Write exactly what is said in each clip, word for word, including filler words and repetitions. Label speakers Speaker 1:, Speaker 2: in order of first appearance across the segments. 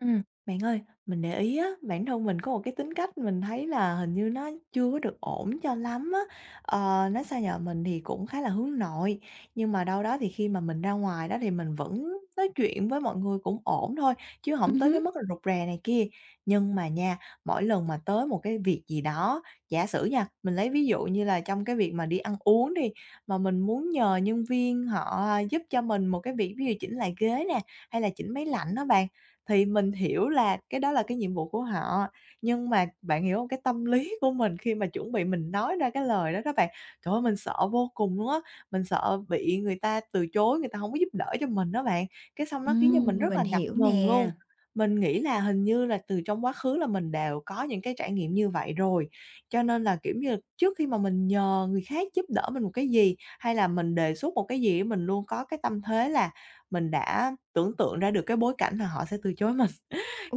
Speaker 1: Ừm, bạn ơi, mình để ý á, bản thân mình có một cái tính cách mình thấy là hình như nó chưa có được ổn cho lắm á. Ờ, nói sao nhỉ, mình thì cũng khá là hướng nội, nhưng mà đâu đó thì khi mà mình ra ngoài đó thì mình vẫn nói chuyện với mọi người cũng ổn thôi, chứ
Speaker 2: Ừ,
Speaker 1: không tới cái
Speaker 2: hứm.
Speaker 1: mức là rụt rè này kia. Nhưng mà nha, mỗi lần mà tới một cái việc gì đó, giả sử nha, mình lấy ví dụ như là trong cái việc mà đi ăn uống đi, mà mình muốn nhờ nhân viên họ giúp cho mình một cái việc ví dụ chỉnh lại ghế nè, hay là chỉnh máy lạnh đó bạn, thì mình hiểu là cái đó là cái nhiệm vụ của họ, nhưng mà bạn hiểu hông? Cái tâm lý của mình khi mà chuẩn bị mình nói ra cái lời đó đó bạn, trời ơi, mình sợ vô cùng luôn á, mình sợ bị người ta từ chối, người ta hổng có giúp đỡ cho mình đó bạn, cái xong nó khiến cho mình
Speaker 2: Ừm.
Speaker 1: rất là
Speaker 2: Mình
Speaker 1: ngập
Speaker 2: hiểu
Speaker 1: ngừng luôn.
Speaker 2: nè.
Speaker 1: Mình nghĩ là hình như là từ trong quá khứ là mình đều có những cái trải nghiệm như vậy rồi, cho nên là, kiểu như, trước khi mà mình nhờ người khác giúp đỡ mình một cái gì, hay là mình đề xuất một cái gì á, mình luôn có cái tâm thế là mình đã tưởng tượng ra được cái bối cảnh là họ sẽ từ chối mình.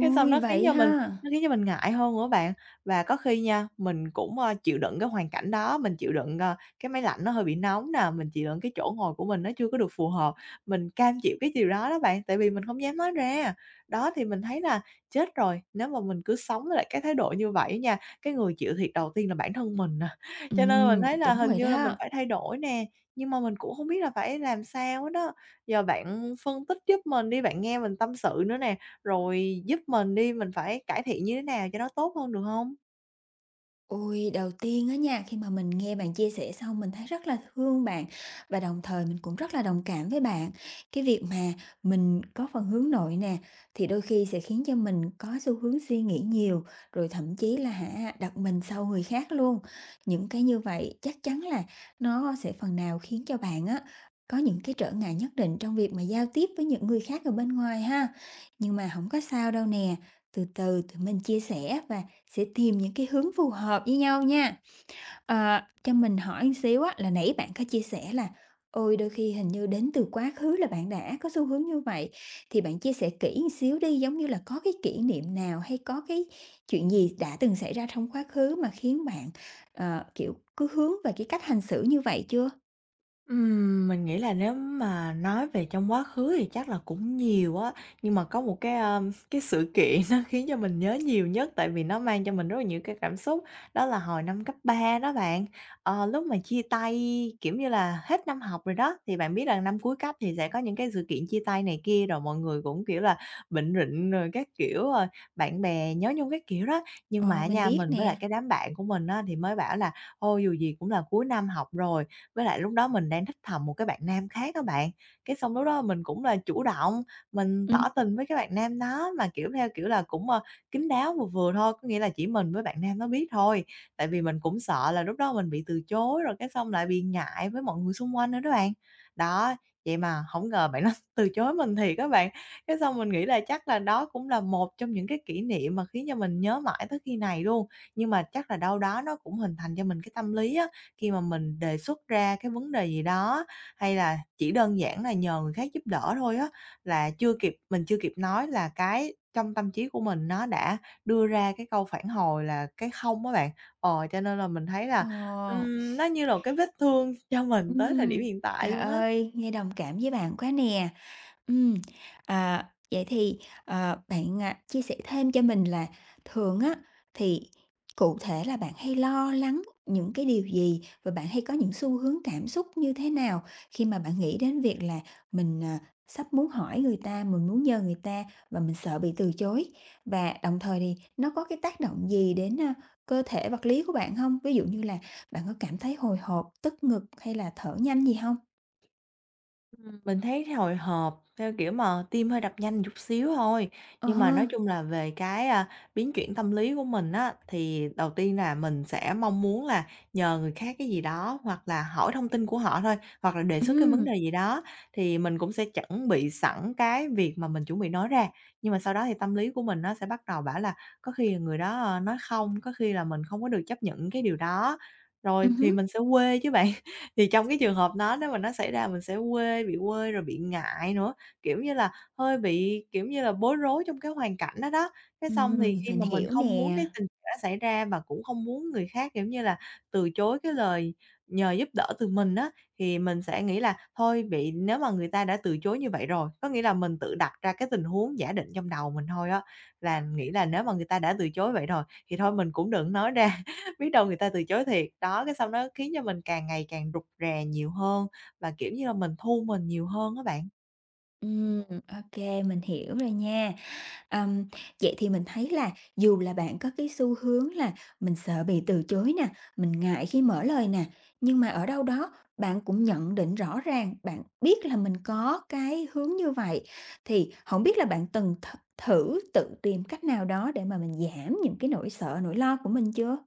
Speaker 1: Cái xong nó khiến
Speaker 2: vậy
Speaker 1: cho mình
Speaker 2: ha?
Speaker 1: nó khiến cho mình ngại hơn nữa bạn. Và có khi nha, mình cũng, ơ, chịu đựng cái hoàn cảnh đó, mình chịu đựng, ờ, cái máy lạnh nó hơi bị nóng nè, mình chịu đựng cái chỗ ngồi của mình nó chưa có được phù hợp, mình cam chịu cái điều đó đó bạn, tại vì mình không dám nói ra. Đó, thì mình thấy là chết rồi, nếu mà mình cứ sống với lại cái thái độ như vậy nha, cái người chịu thiệt đầu tiên là bản thân mình à. Cho nên mình
Speaker 2: Ừm,
Speaker 1: thấy là
Speaker 2: đúng
Speaker 1: hình
Speaker 2: rồi
Speaker 1: như là mình
Speaker 2: đó.
Speaker 1: phải thay đổi nè, nhưng mà mình cũng không biết là phải làm sao hết á. Giờ bạn phân tích giúp mình đi, bạn nghe mình tâm sự nữa nè rồi giúp mình đi, mình phải cải thiện như thế nào cho nó tốt hơn được không?
Speaker 2: Ôi, đầu tiên á nha, khi mà mình nghe bạn chia sẻ xong mình thấy rất là thương bạn và đồng thời mình cũng rất là đồng cảm với bạn. Cái việc mà mình có phần hướng nội nè, thì đôi khi sẽ khiến cho mình có xu hướng suy nghĩ nhiều, rồi thậm chí là hả, đặt mình sau người khác luôn. Những cái như vậy chắc chắn là nó sẽ phần nào khiến cho bạn á, có những cái trở ngại nhất định trong việc mà giao tiếp với những người khác ở bên ngoài ha. Nhưng mà không có sao đâu nè, từ từ tụi mình chia sẻ và sẽ tìm những cái hướng phù hợp với nhau nha. Ờ, cho mình hỏi một xíu á, là nãy bạn có chia sẻ là "Ôi, đôi khi hình như đến từ quá khứ là bạn đã có xu hướng như vậy." Thì bạn chia sẻ kỹ một xíu đi, giống như là có cái kỷ niệm nào hay có cái chuyện gì đã từng xảy ra trong quá khứ mà khiến bạn, ờ, kiểu, cứ hướng về cái cách hành xử như vậy chưa?
Speaker 1: Ừm, mình nghĩ là nếu mà nói về trong quá khứ thì chắc là cũng nhiều á, nhưng mà có một cái, a, cái sự kiện nó khiến cho mình nhớ nhiều nhất, tại vì nó mang cho mình rất là nhiều cái cảm xúc, đó là hồi năm cấp ba đó bạn. Ờ, lúc mà chia tay, kiểu như là, hết năm học rồi đó, thì bạn biết là năm cuối cấp thì sẽ có những cái sự kiện chia tay này kia, rồi mọi người cũng, kiểu là, bệnh rịnh rồi các kiểu, rồi bạn bè nhớ nhung các kiểu đó. Nhưng
Speaker 2: Ờ,
Speaker 1: mà
Speaker 2: mình
Speaker 1: nha,
Speaker 2: biết
Speaker 1: mình với lại
Speaker 2: nè.
Speaker 1: cái đám bạn của mình á thì mới bảo là ô dù gì cũng là cuối năm học rồi, với lại lúc đó mình đang thích thầm một cái bạn nam khác á bạn, cái xong lúc đó mình cũng là chủ động, mình
Speaker 2: Ừm.
Speaker 1: tỏ tình với cái bạn nam đó mà, kiểu, theo kiểu là, cũng, ơ, kín đáo, vừa vừa thôi, có nghĩa là chỉ mình với bạn nam nó biết thôi. Tại vì mình cũng sợ là lúc đó mình bị từ chối rồi cái xong lại bị ngại với mọi người xung quanh nữa đó bạn. Đó, vậy mà không ngờ bạn nó từ chối mình thiệt các bạn. Cái xong mình nghĩ là chắc là đó cũng là một trong những cái kỷ niệm mà khiến cho mình nhớ mãi tới khi này luôn, nhưng mà chắc là đâu đó nó cũng hình thành cho mình cái tâm lý á khi mà mình đề xuất ra cái vấn đề gì đó, hay là chỉ đơn giản là nhờ người khác giúp đỡ thôi á, là chưa kịp mình chưa kịp nói là cái trong tâm trí của mình nó đã đưa ra cái câu phản hồi là cái "không" á bạn. Ờ, cho nên là mình thấy là,
Speaker 2: Ờ,
Speaker 1: ừm, nó như là một cái vết thương cho mình tới thời điểm
Speaker 2: ừm,
Speaker 1: hiện tại
Speaker 2: trời
Speaker 1: luôn á.
Speaker 2: ơi, nghe đồng cảm với bạn quá nè. Ừm, à, vậy thì, ờ, bạn, à, chia sẻ thêm cho mình là thường á, thì cụ thể là bạn hay lo lắng những cái điều gì? Và bạn hay có những xu hướng cảm xúc như thế nào khi mà bạn nghĩ đến việc là mình, à, sắp muốn hỏi người ta, mình muốn nhờ người ta và mình sợ bị từ chối? Và đồng thời thì nó có cái tác động gì đến, a, cơ thể vật lý của bạn không? Ví dụ như là bạn có cảm thấy hồi hộp, tức ngực hay là thở nhanh gì không?
Speaker 1: Ừm, mình thấy hồi hộp theo kiểu mà tim hơi đập nhanh chút xíu thôi,
Speaker 2: Ờ
Speaker 1: nhưng mà nói
Speaker 2: ha.
Speaker 1: chung là về cái, a, biến chuyển tâm lý của mình á, thì đầu tiên là mình sẽ mong muốn là nhờ người khác cái gì đó, hoặc là hỏi thông tin của họ thôi, hoặc là đề xuất cái vấn
Speaker 2: Ừm.
Speaker 1: đề gì đó, thì mình cũng sẽ chuẩn bị sẵn cái việc mà mình chuẩn bị nói ra. Nhưng mà sau đó thì tâm lý của mình nó sẽ bắt đầu bảo là có khi là người đó, ờ, nói không, có khi là mình không có được chấp nhận cái điều đó, rồi
Speaker 2: Ừm
Speaker 1: thì
Speaker 2: hứm.
Speaker 1: mình sẽ quê chứ bạn. Thì trong cái trường hợp đó nếu mà nó xảy ra mình sẽ quê, bị quê rồi bị ngại nữa, kiểu như là, hơi bị, kiểu như là, bối rối trong cái hoàn cảnh đó đó. Cái xong thì
Speaker 2: Ừm,
Speaker 1: khi
Speaker 2: mình
Speaker 1: mà mình
Speaker 2: hiểu
Speaker 1: không muốn
Speaker 2: nè.
Speaker 1: cái tình trạng đó xảy ra và cũng không muốn người khác, kiểu như là, từ chối cái lời nhờ giúp đỡ từ mình á, thì mình sẽ nghĩ là thôi bị nếu mà người ta đã từ chối như vậy rồi, có nghĩa là mình tự đặt ra cái tình huống giả định trong đầu mình thôi á, là nghĩ là nếu mà người ta đã từ chối vậy rồi thì thôi mình cũng đừng nói ra. Biết đâu người ta từ chối thiệt. Đó, cái xong nó khiến cho mình càng ngày càng rụt rè nhiều hơn và, kiểu như là, mình thu mình nhiều hơn các bạn.
Speaker 2: Ừm, ô mình hiểu rồi nha. Ừm, vậy thì mình thấy là dù là bạn có cái xu hướng là mình sợ bị từ chối nè, mình ngại khi mở lời nè, nhưng mà ở đâu đó bạn cũng nhận định rõ ràng, bạn biết là mình có cái hướng như vậy. Thì không biết là bạn từng th thử tự tìm cách nào đó để mà mình giảm những cái nỗi sợ, nỗi lo của mình chưa?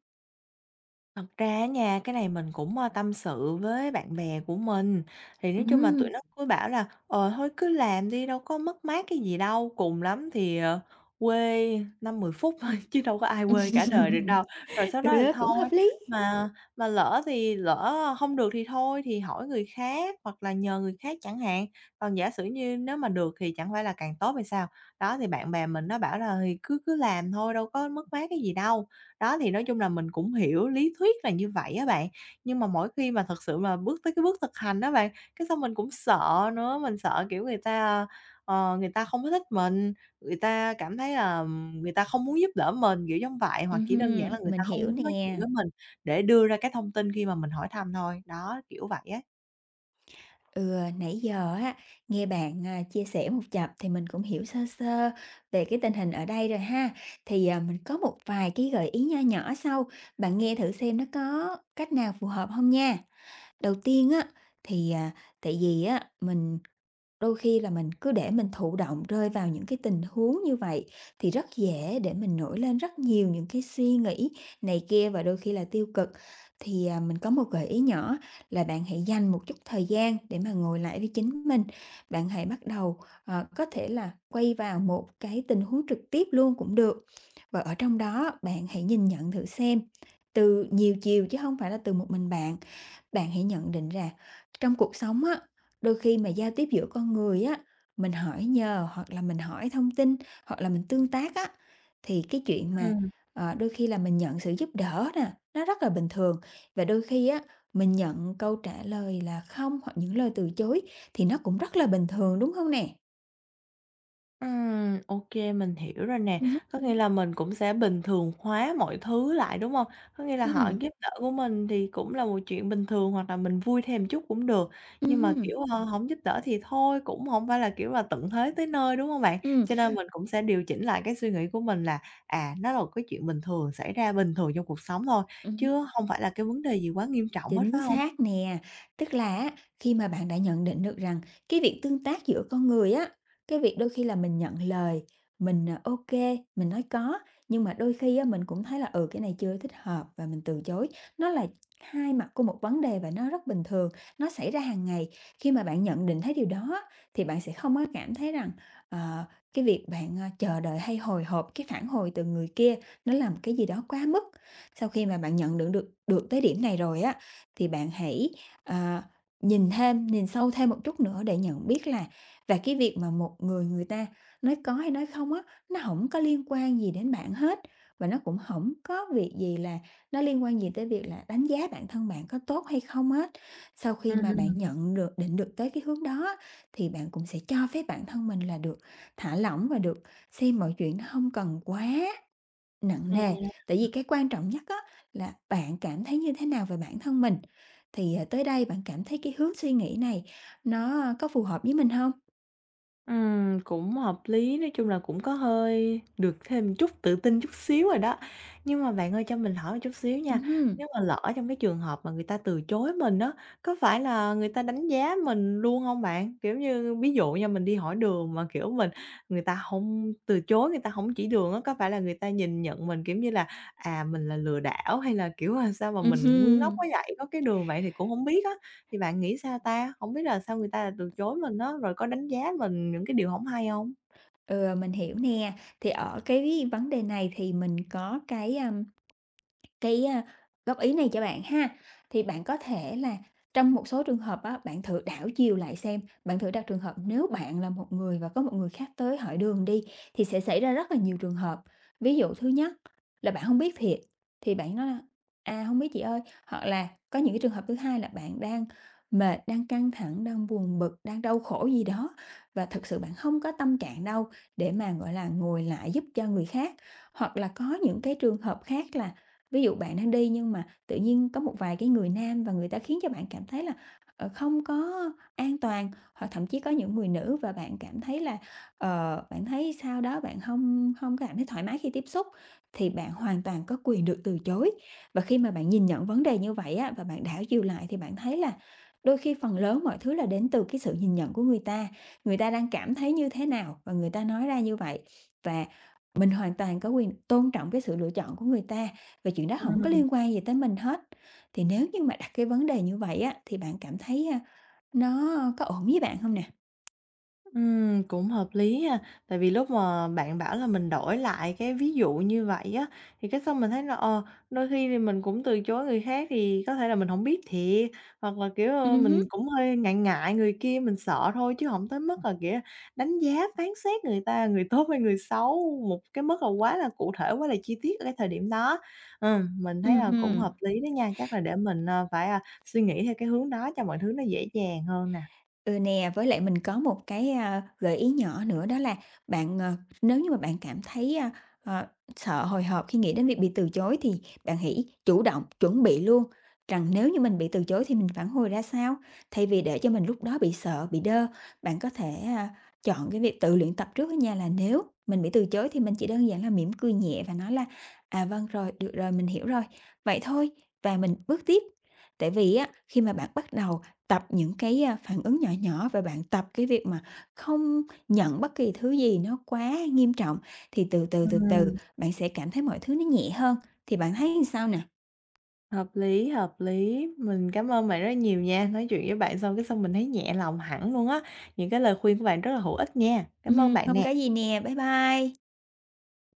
Speaker 1: Thật ra á nha, cái này mình cũng, ơ, tâm sự với bạn bè của mình, thì nói chung là tụi
Speaker 2: Ừm.
Speaker 1: nó cứ bảo là "Ờ, thôi cứ làm đi, đâu có mất mát cái gì đâu, cùng lắm thì, ờ, quê năm mười phút thôi, chứ đâu có ai quê cả đời được đâu." Rồi sau
Speaker 2: Ừ,
Speaker 1: đó thì
Speaker 2: cũng hợp
Speaker 1: thôi,
Speaker 2: lý.
Speaker 1: mà mà lỡ thì lỡ không được thì thôi, thì hỏi người khác hoặc là nhờ người khác chẳng hạn, còn giả sử như nếu mà được thì chẳng phải là càng tốt hay sao. Đó, thì bạn bè mình nó bảo là "Thì cứ cứ làm thôi, đâu có mất mát cái gì đâu." Đó, thì nói chung là mình cũng hiểu lý thuyết là như vậy á bạn, nhưng mà mỗi khi mà thật sự mà bước tới cái bước thực hành đó bạn, cái xong mình cũng sợ nữa, mình sợ, kiểu, người ta, ờ, người ta không có thích mình, người ta cảm thấy là người ta không muốn giúp đỡ mình, kiểu giống vậy, hoặc chỉ đơn giản
Speaker 2: Ừm,
Speaker 1: là người ta
Speaker 2: mình
Speaker 1: không
Speaker 2: hiểu
Speaker 1: muốn nói chuyện
Speaker 2: nè.
Speaker 1: với mình để đưa ra cái thông tin khi mà mình hỏi thăm thôi. Đó, kiểu vậy á.
Speaker 2: Ừ, nãy giờ á, nghe bạn, à, chia sẻ một chập thì mình cũng hiểu sơ sơ về cái tình hình ở đây rồi ha. Thì, à, mình có một vài cái gợi ý nho nhỏ sau, bạn nghe thử xem nó có cách nào phù hợp không nha. Đầu tiên á, thì, à, tại vì á, mình Đôi khi là mình cứ để mình thụ động rơi vào những cái tình huống như vậy thì rất dễ để mình nổi lên rất nhiều những cái suy nghĩ này kia và đôi khi là tiêu cực. Thì, à, mình có một gợi ý nhỏ là bạn hãy dành một chút thời gian để mà ngồi lại với chính mình. Bạn hãy bắt đầu, ờ, có thể là quay vào một cái tình huống trực tiếp luôn cũng được, và ở trong đó bạn hãy nhìn nhận thử xem từ nhiều chiều chứ không phải là từ một mình bạn. Bạn hãy nhận định là trong cuộc sống á, Đôi khi mà giao tiếp giữa con người á, mình hỏi nhờ hoặc là mình hỏi thông tin, hoặc là mình tương tác á, thì cái chuyện mà,
Speaker 1: Ừm.
Speaker 2: ờ, đôi khi là mình nhận sự giúp đỡ nè, nó rất là bình thường. Và đôi khi á, mình nhận câu trả lời là "không" hoặc những lời từ chối thì nó cũng rất là bình thường, đúng không nè?
Speaker 1: Ừm, ok mình hiểu rồi nè.
Speaker 2: Ừm hứm.
Speaker 1: Có nghĩa là mình cũng sẽ bình thường hóa mọi thứ lại, đúng không? Có nghĩa là họ
Speaker 2: Ừm.
Speaker 1: giúp đỡ của mình thì cũng là một chuyện bình thường hoặc là mình vui thêm chút cũng được,
Speaker 2: Ừm
Speaker 1: nhưng mà,
Speaker 2: hưm.
Speaker 1: kiểu, ờ, hổng giúp đỡ thì thôi, cũng không phải là, kiểu là, tận thế tới nơi, đúng không bạn? Cho nên mình cũng sẽ điều chỉnh lại cái suy nghĩ của mình là, à, nó là một cái chuyện bình thường, xảy ra bình thường trong cuộc sống thôi, chứ không phải là cái vấn đề gì quá nghiêm trọng hết, phải
Speaker 2: Chính
Speaker 1: không?
Speaker 2: xác nè, tức là á, khi mà bạn đã nhận định được rằng cái việc tương tác giữa con người á, cái việc đôi khi là mình nhận lời, mình, à, ô mình nói có, nhưng mà đôi khi á mình cũng thấy là, ừ, cái này chưa thích hợp và mình từ chối. Nó là hai mặt của một vấn đề và nó rất bình thường, nó xảy ra hàng ngày. Khi mà bạn nhận định thấy điều đó á, thì bạn sẽ không có cảm thấy rằng, ờ, cái việc bạn, à, chờ đợi hay hồi hộp cái phản hồi từ người kia nó là một cái gì đó quá mức. Sau khi mà bạn nhận định được được tới điểm này rồi á, thì bạn hãy, ờ, nhìn thêm, nhìn sâu thêm một chút nữa để nhận biết là và cái việc mà một người người ta nói có hay nói không á, nó không có liên quan gì đến bạn hết, và nó cũng không có việc gì là nó liên quan gì tới việc là đánh giá bản thân bạn có tốt hay không hết. Sau khi mà
Speaker 1: Ừm,
Speaker 2: bạn nhận được định được tới cái hướng đó á, thì bạn cũng sẽ cho phép bản thân mình là được thả lỏng và được xem mọi chuyện nó không cần quá Nặng nề,
Speaker 1: à.
Speaker 2: tại vì cái quan trọng nhất á là bạn cảm thấy như thế nào về bản thân mình? Thì, à, tới đây bạn cảm thấy cái hướng suy nghĩ này nó, a, có phù hợp với mình không?
Speaker 1: Ừm, cũng hợp lý, nói chung là cũng có hơi được thêm chút tự tin chút xíu rồi đó. Nhưng mà bạn ơi cho mình hỏi một chút xíu nha,
Speaker 2: Ừm hưm.
Speaker 1: nếu mà lỡ trong cái trường hợp mà người ta từ chối mình á, có phải là người ta đánh giá mình luôn không bạn? Kiểu như, ví dụ nha, mình đi hỏi đường mà, kiểu, mình người ta không từ chối, người ta không chỉ đường á, có phải là người ta nhìn nhận mình, kiểu như là, à, mình là lừa đảo hay là, kiểu, là sao mà mình ngu ngốc
Speaker 2: Ừm.
Speaker 1: quá vậy, có cái đường vậy thì cũng không biết á? Thì bạn nghĩ sao ta? Hổng biết là sao người ta lại từ chối mình á, rồi có đánh giá mình những cái điều hổng hay hông?
Speaker 2: Ừ, mình hiểu nè. Thì ở cái vấn đề này thì mình có cái, a Cái, a, góp ý này cho bạn ha, thì bạn có thể là trong một số trường hợp á, bạn thử đảo chiều lại xem, bạn thử đặt trường hợp nếu bạn là một người và có một người khác tới hỏi đường đi, thì sẽ xảy ra rất là nhiều trường hợp. Ví dụ thứ nhất là bạn không biết thiệt, thì bạn nói là "À, hông biết chị ơi." Hoặc là có những cái trường hợp thứ hai là bạn đang mệt, đang căng thẳng, đang buồn bực, đang đau khổ gì đó, và thực sự bạn không có tâm trạng đâu để mà, gọi là, ngồi lại giúp cho người khác. Hoặc là có những cái trường hợp khác là ví dụ bạn đang đi nhưng mà tự nhiên có một vài cái người nam và người ta khiến cho bạn cảm thấy là, ờ, không có an toàn, hoặc thậm chí có những người nữ và bạn cảm thấy là, ờ, bạn thấy sau đó bạn không không có cảm thấy thoải mái khi tiếp xúc, thì bạn hoàn toàn có quyền được từ chối. Và khi mà bạn nhìn nhận vấn đề như vậy á, và bạn đảo chiều lại thì bạn thấy là đôi khi phần lớn mọi thứ là đến từ cái sự nhìn nhận của người ta, người ta đang cảm thấy như thế nào và người ta nói ra như vậy. Và mình hoàn toàn có quyền tôn trọng cái sự lựa chọn của người ta và chuyện đó không có
Speaker 1: Ừm.
Speaker 2: liên quan gì tới mình hết. Thì nếu như mà đặt cái vấn đề như vậy á, thì bạn cảm thấy, a, nó có ổn với bạn không nè?
Speaker 1: Ừm, cũng hợp lý ha. Tại vì lúc mà bạn bảo là mình đổi lại cái ví dụ như vậy á, thì cái xong mình thấy là, ờ, đôi khi thì mình cũng từ chối người khác thì có thể là mình không biết thiệt, hoặc là, kiểu, ơ,
Speaker 2: Ừm.
Speaker 1: mình cũng hơi ngại ngại người kia, mình sợ thôi chứ không tới mức là, kiểu, đánh giá phán xét người ta người tốt hay người xấu một cái mức là quá là cụ thể, quá là chi tiết ở cái thời điểm đó. Ừm, mình thấy là cũng
Speaker 2: Ừm.
Speaker 1: hợp lý đó nha, chắc là để mình, ờ, phải, a, suy nghĩ theo cái hướng đó cho mọi thứ nó dễ dàng hơn nè.
Speaker 2: Ừ nè, với lại mình có một cái, a, gợi ý nhỏ nữa đó là bạn, ờ, nếu như mà bạn cảm thấy, a, ờ, sợ hồi hộp khi nghĩ đến việc bị từ chối thì bạn hãy chủ động chuẩn bị luôn rằng nếu như mình bị từ chối thì mình phản hồi ra sao. Thay vì để cho mình lúc đó bị sợ, bị đơ, bạn có thể, a, chọn cái việc tự luyện tập trước á nha, là nếu mình bị từ chối thì mình chỉ đơn giản là mỉm cười nhẹ và nói là "À, vâng, rồi, được rồi, mình hiểu rồi." Vậy thôi, và mình bước tiếp. Tại vì á, khi mà bạn bắt đầu tập những cái, a, phản ứng nhỏ nhỏ và bạn tập cái việc mà không nhận bất kỳ thứ gì nó quá nghiêm trọng, thì từ từ, từ từ
Speaker 1: Ừm.
Speaker 2: bạn sẽ cảm thấy mọi thứ nó nhẹ hơn. Thì bạn thấy như sao nè?
Speaker 1: Hợp lý, hợp lý. Mình cảm ơn bạn rất nhiều nha. Nói chuyện với bạn xong cái xong mình thấy nhẹ lòng hẳn luôn á. Những cái lời khuyên của bạn rất là hữu ích nha. Cảm ơn
Speaker 2: Ừm
Speaker 1: bạn
Speaker 2: hưm,
Speaker 1: nè.
Speaker 2: có gì nè, bye bye."